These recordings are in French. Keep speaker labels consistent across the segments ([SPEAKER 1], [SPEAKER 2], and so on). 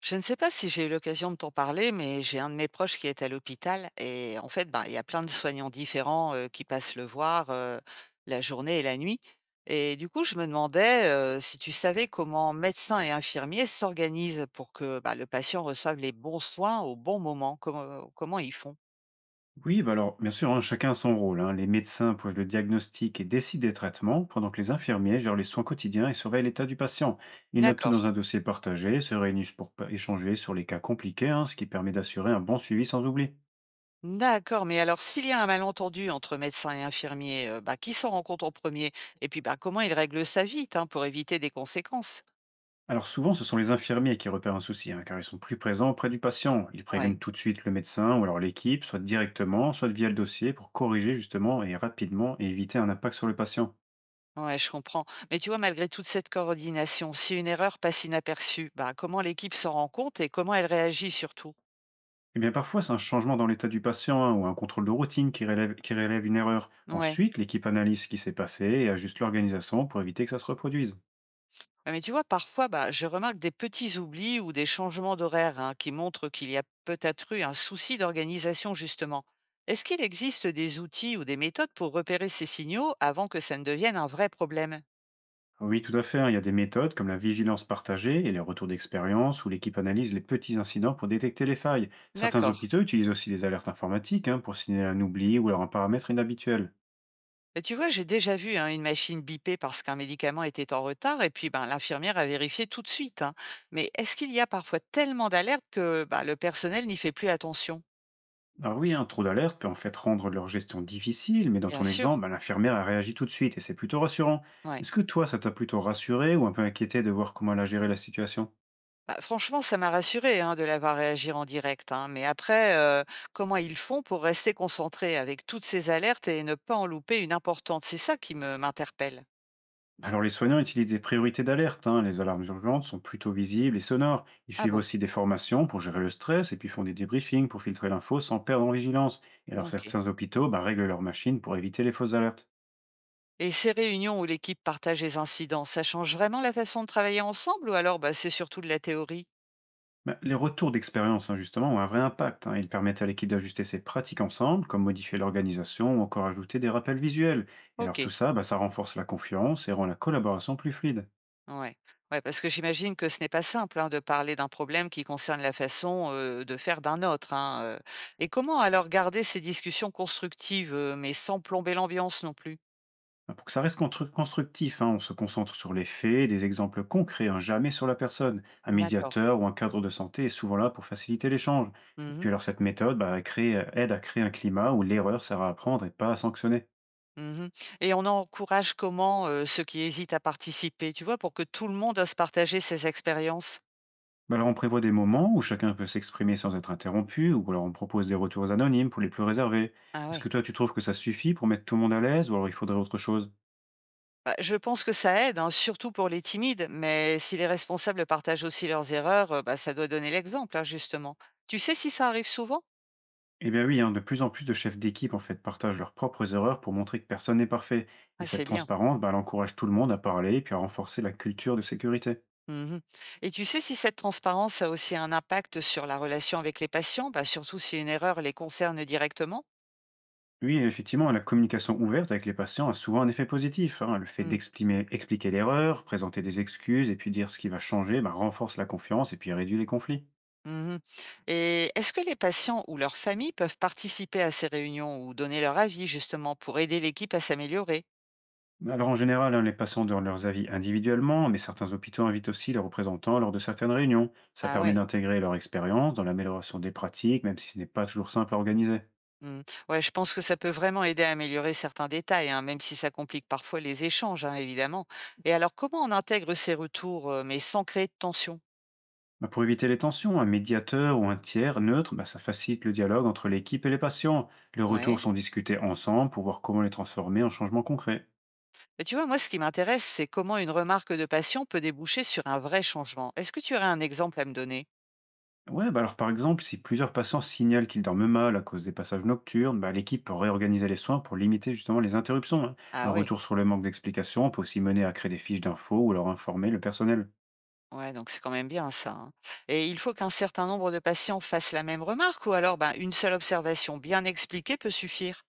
[SPEAKER 1] Je ne sais pas si j'ai eu l'occasion de t'en parler, mais j'ai un de mes proches qui est à l'hôpital et en fait, ben, il y a plein de soignants différents qui passent le voir la journée et la nuit. Et du coup, je me demandais si tu savais comment médecins et infirmiers s'organisent pour que bah, le patient reçoive les bons soins au bon moment. Comment ils font.
[SPEAKER 2] Oui, bah alors, bien sûr, hein, chacun a son rôle, hein. Les médecins posent le diagnostic et décident des traitements, pendant que les infirmiers gèrent les soins quotidiens et surveillent l'état du patient. Ils notent tout
[SPEAKER 1] D'accord.
[SPEAKER 2] dans un dossier partagé, se réunissent pour échanger sur les cas compliqués, hein, ce qui permet d'assurer un bon suivi sans oubli.
[SPEAKER 1] D'accord, mais alors s'il y a un malentendu entre médecin et infirmier, bah, qui s'en rend compte en premier? Et puis bah, comment il règle ça vite hein, pour éviter des conséquences?
[SPEAKER 2] Alors souvent, ce sont les infirmiers qui repèrent un souci, hein, car ils sont plus présents auprès du patient. Ils
[SPEAKER 1] Ouais.
[SPEAKER 2] préviennent tout de suite le médecin ou alors l'équipe, soit directement, soit via le dossier, pour corriger justement et rapidement et éviter un impact sur le patient.
[SPEAKER 1] Ouais, je comprends. Mais tu vois, malgré toute cette coordination, si une erreur passe inaperçue, bah, comment l'équipe s'en rend compte et comment elle réagit surtout?
[SPEAKER 2] Eh bien, parfois, c'est un changement dans l'état du patient, hein, ou un contrôle de routine qui relève une erreur.
[SPEAKER 1] Ouais.
[SPEAKER 2] Ensuite, l'équipe analyse ce qui s'est passé et ajuste l'organisation pour éviter que ça se reproduise.
[SPEAKER 1] Ouais, mais tu vois, parfois, bah, je remarque des petits oublis ou des changements d'horaire hein, qui montrent qu'il y a peut-être eu un souci d'organisation, justement. Est-ce qu'il existe des outils ou des méthodes pour repérer ces signaux avant que ça ne devienne un vrai problème?
[SPEAKER 2] Oui, tout à fait, hein. Il y a des méthodes comme la vigilance partagée et les retours d'expérience où l'équipe analyse les petits incidents pour détecter les failles. Certains
[SPEAKER 1] D'accord.
[SPEAKER 2] hôpitaux utilisent aussi des alertes informatiques, hein, pour signaler un oubli ou alors un paramètre inhabituel.
[SPEAKER 1] Bah, tu vois, j'ai déjà vu hein, une machine bipée parce qu'un médicament était en retard et puis ben, l'infirmière a vérifié tout de suite, hein. Mais est-ce qu'il y a parfois tellement d'alertes que bah, le personnel n'y fait plus attention?
[SPEAKER 2] Alors oui, un trou d'alerte peut en fait rendre leur gestion difficile, mais dans
[SPEAKER 1] Bien
[SPEAKER 2] ton exemple,
[SPEAKER 1] sûr.
[SPEAKER 2] bah, l'infirmière a réagi tout de suite et c'est plutôt rassurant.
[SPEAKER 1] Ouais.
[SPEAKER 2] Est-ce que toi, ça t'a plutôt rassuré ou un peu inquiété de voir comment elle a géré la situation?
[SPEAKER 1] Bah, franchement, ça m'a rassuré de la voir réagir en direct, hein. Mais après, comment ils font pour rester concentrés avec toutes ces alertes et ne pas en louper une importante? C'est ça qui me m'interpelle.
[SPEAKER 2] Bah, alors les soignants utilisent des priorités d'alerte, hein, les alarmes urgentes sont plutôt visibles et sonores. Ils
[SPEAKER 1] Ah
[SPEAKER 2] suivent
[SPEAKER 1] bon?
[SPEAKER 2] aussi des formations pour gérer le stress et puis font des débriefings pour filtrer l'info sans perdre en vigilance. Et alors
[SPEAKER 1] Ok.
[SPEAKER 2] certains hôpitaux, bah, règlent leurs machines pour éviter les fausses alertes.
[SPEAKER 1] Et ces réunions où l'équipe partage les incidents, ça change vraiment la façon de travailler ensemble ou alors bah, c'est surtout de la théorie?
[SPEAKER 2] Bah, les retours d'expérience, hein, justement, ont un vrai impact, hein. Ils permettent à l'équipe d'ajuster ses pratiques ensemble, comme modifier l'organisation ou encore ajouter des rappels visuels. Et alors
[SPEAKER 1] Ok.
[SPEAKER 2] tout ça, bah, ça renforce la confiance et rend la collaboration plus fluide.
[SPEAKER 1] Ouais, ouais, parce que j'imagine que ce n'est pas simple, hein, de parler d'un problème qui concerne la façon, de faire d'un autre, hein, et comment alors garder ces discussions constructives, mais sans plomber l'ambiance non plus?
[SPEAKER 2] Bah, pour que ça reste constructif, hein, on se concentre sur les faits, des exemples concrets, hein, jamais sur la personne. Un
[SPEAKER 1] D'accord.
[SPEAKER 2] médiateur ou un cadre de santé est souvent là pour faciliter l'échange. Et
[SPEAKER 1] Mmh mh.
[SPEAKER 2] puis alors cette méthode, bah, aide à créer un climat où l'erreur sert à apprendre et pas à sanctionner.
[SPEAKER 1] Mmh, et on encourage comment, ceux qui hésitent à participer, tu vois, pour que tout le monde ose partager ses expériences?
[SPEAKER 2] Bah alors on prévoit des moments où chacun peut s'exprimer sans être interrompu, ou alors on propose des retours anonymes pour les plus réservés.
[SPEAKER 1] Ah
[SPEAKER 2] Est-ce que
[SPEAKER 1] ouais.
[SPEAKER 2] toi tu trouves que ça suffit pour mettre tout le monde à l'aise, ou alors il faudrait autre chose?
[SPEAKER 1] Bah, je pense que ça aide, hein, surtout pour les timides, mais si les responsables partagent aussi leurs erreurs, bah, ça doit donner l'exemple, hein, justement. Tu sais si ça arrive souvent?
[SPEAKER 2] Eh bien oui, hein, de plus en plus de chefs d'équipe en fait partagent leurs propres erreurs pour montrer que personne n'est parfait. Et
[SPEAKER 1] Ah,
[SPEAKER 2] cette
[SPEAKER 1] c'est bien.
[SPEAKER 2] transparence, bah, elle encourage tout le monde à parler et puis à renforcer la culture de sécurité.
[SPEAKER 1] Mmh, et tu sais si cette transparence a aussi un impact sur la relation avec les patients? Bah, surtout si une erreur les concerne directement?
[SPEAKER 2] Oui, effectivement, la communication ouverte avec les patients a souvent un effet positif, hein. Le fait
[SPEAKER 1] Mmh.
[SPEAKER 2] d'exprimer, expliquer l'erreur, présenter des excuses et puis dire ce qui va changer, bah, renforce la confiance et puis réduit les conflits.
[SPEAKER 1] Mmh, et est-ce que les patients ou leurs familles peuvent participer à ces réunions ou donner leur avis justement pour aider l'équipe à s'améliorer?
[SPEAKER 2] Alors en général, hein, les patients donnent leurs avis individuellement, mais certains hôpitaux invitent aussi les représentants lors de certaines réunions. Ça
[SPEAKER 1] Ah
[SPEAKER 2] permet
[SPEAKER 1] ouais.
[SPEAKER 2] d'intégrer leur expérience dans l'amélioration des pratiques, même si ce n'est pas toujours simple à organiser.
[SPEAKER 1] Mmh. Ouais, je pense que ça peut vraiment aider à améliorer certains détails, hein, même si ça complique parfois les échanges, hein, évidemment. Et alors, comment on intègre ces retours, mais sans créer de tension?
[SPEAKER 2] Bah, pour éviter les tensions, un médiateur ou un tiers neutre, bah, ça facilite le dialogue entre l'équipe et les patients. Les retours
[SPEAKER 1] Ouais.
[SPEAKER 2] sont discutés ensemble pour voir comment les transformer en changements concrets.
[SPEAKER 1] Bah, tu vois, moi, ce qui m'intéresse, c'est comment une remarque de passion peut déboucher sur un vrai changement. Est-ce que tu aurais un exemple à me donner?
[SPEAKER 2] Ouais, bah alors par exemple, si plusieurs patients signalent qu'ils dorment mal à cause des passages nocturnes, bah, l'équipe peut réorganiser les soins pour limiter justement les interruptions, hein. Un
[SPEAKER 1] Ah ouais,
[SPEAKER 2] retour sur le manque d'explications peut aussi mener à créer des fiches d'infos ou alors informer le personnel.
[SPEAKER 1] ouais, donc c'est quand même bien ça, hein. Et il faut qu'un certain nombre de patients fassent la même remarque ou alors ben, une seule observation bien expliquée peut suffire?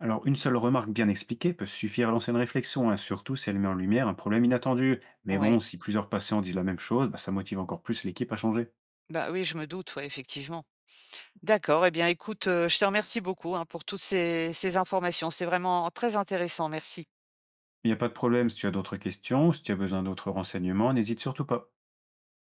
[SPEAKER 2] Alors une seule remarque bien expliquée peut suffire à lancer une réflexion, hein, surtout si elle met en lumière un problème inattendu. Mais
[SPEAKER 1] Ouais,
[SPEAKER 2] bon, si plusieurs patients disent la même chose, bah, ça motive encore plus l'équipe à changer.
[SPEAKER 1] bah oui, je me doute, ouais, effectivement. D'accord, eh bien écoute, je te remercie beaucoup hein, pour toutes ces informations. C'est vraiment très intéressant, merci.
[SPEAKER 2] Il n'y a pas de problème, si tu as d'autres questions, si tu as besoin d'autres renseignements, n'hésite surtout pas.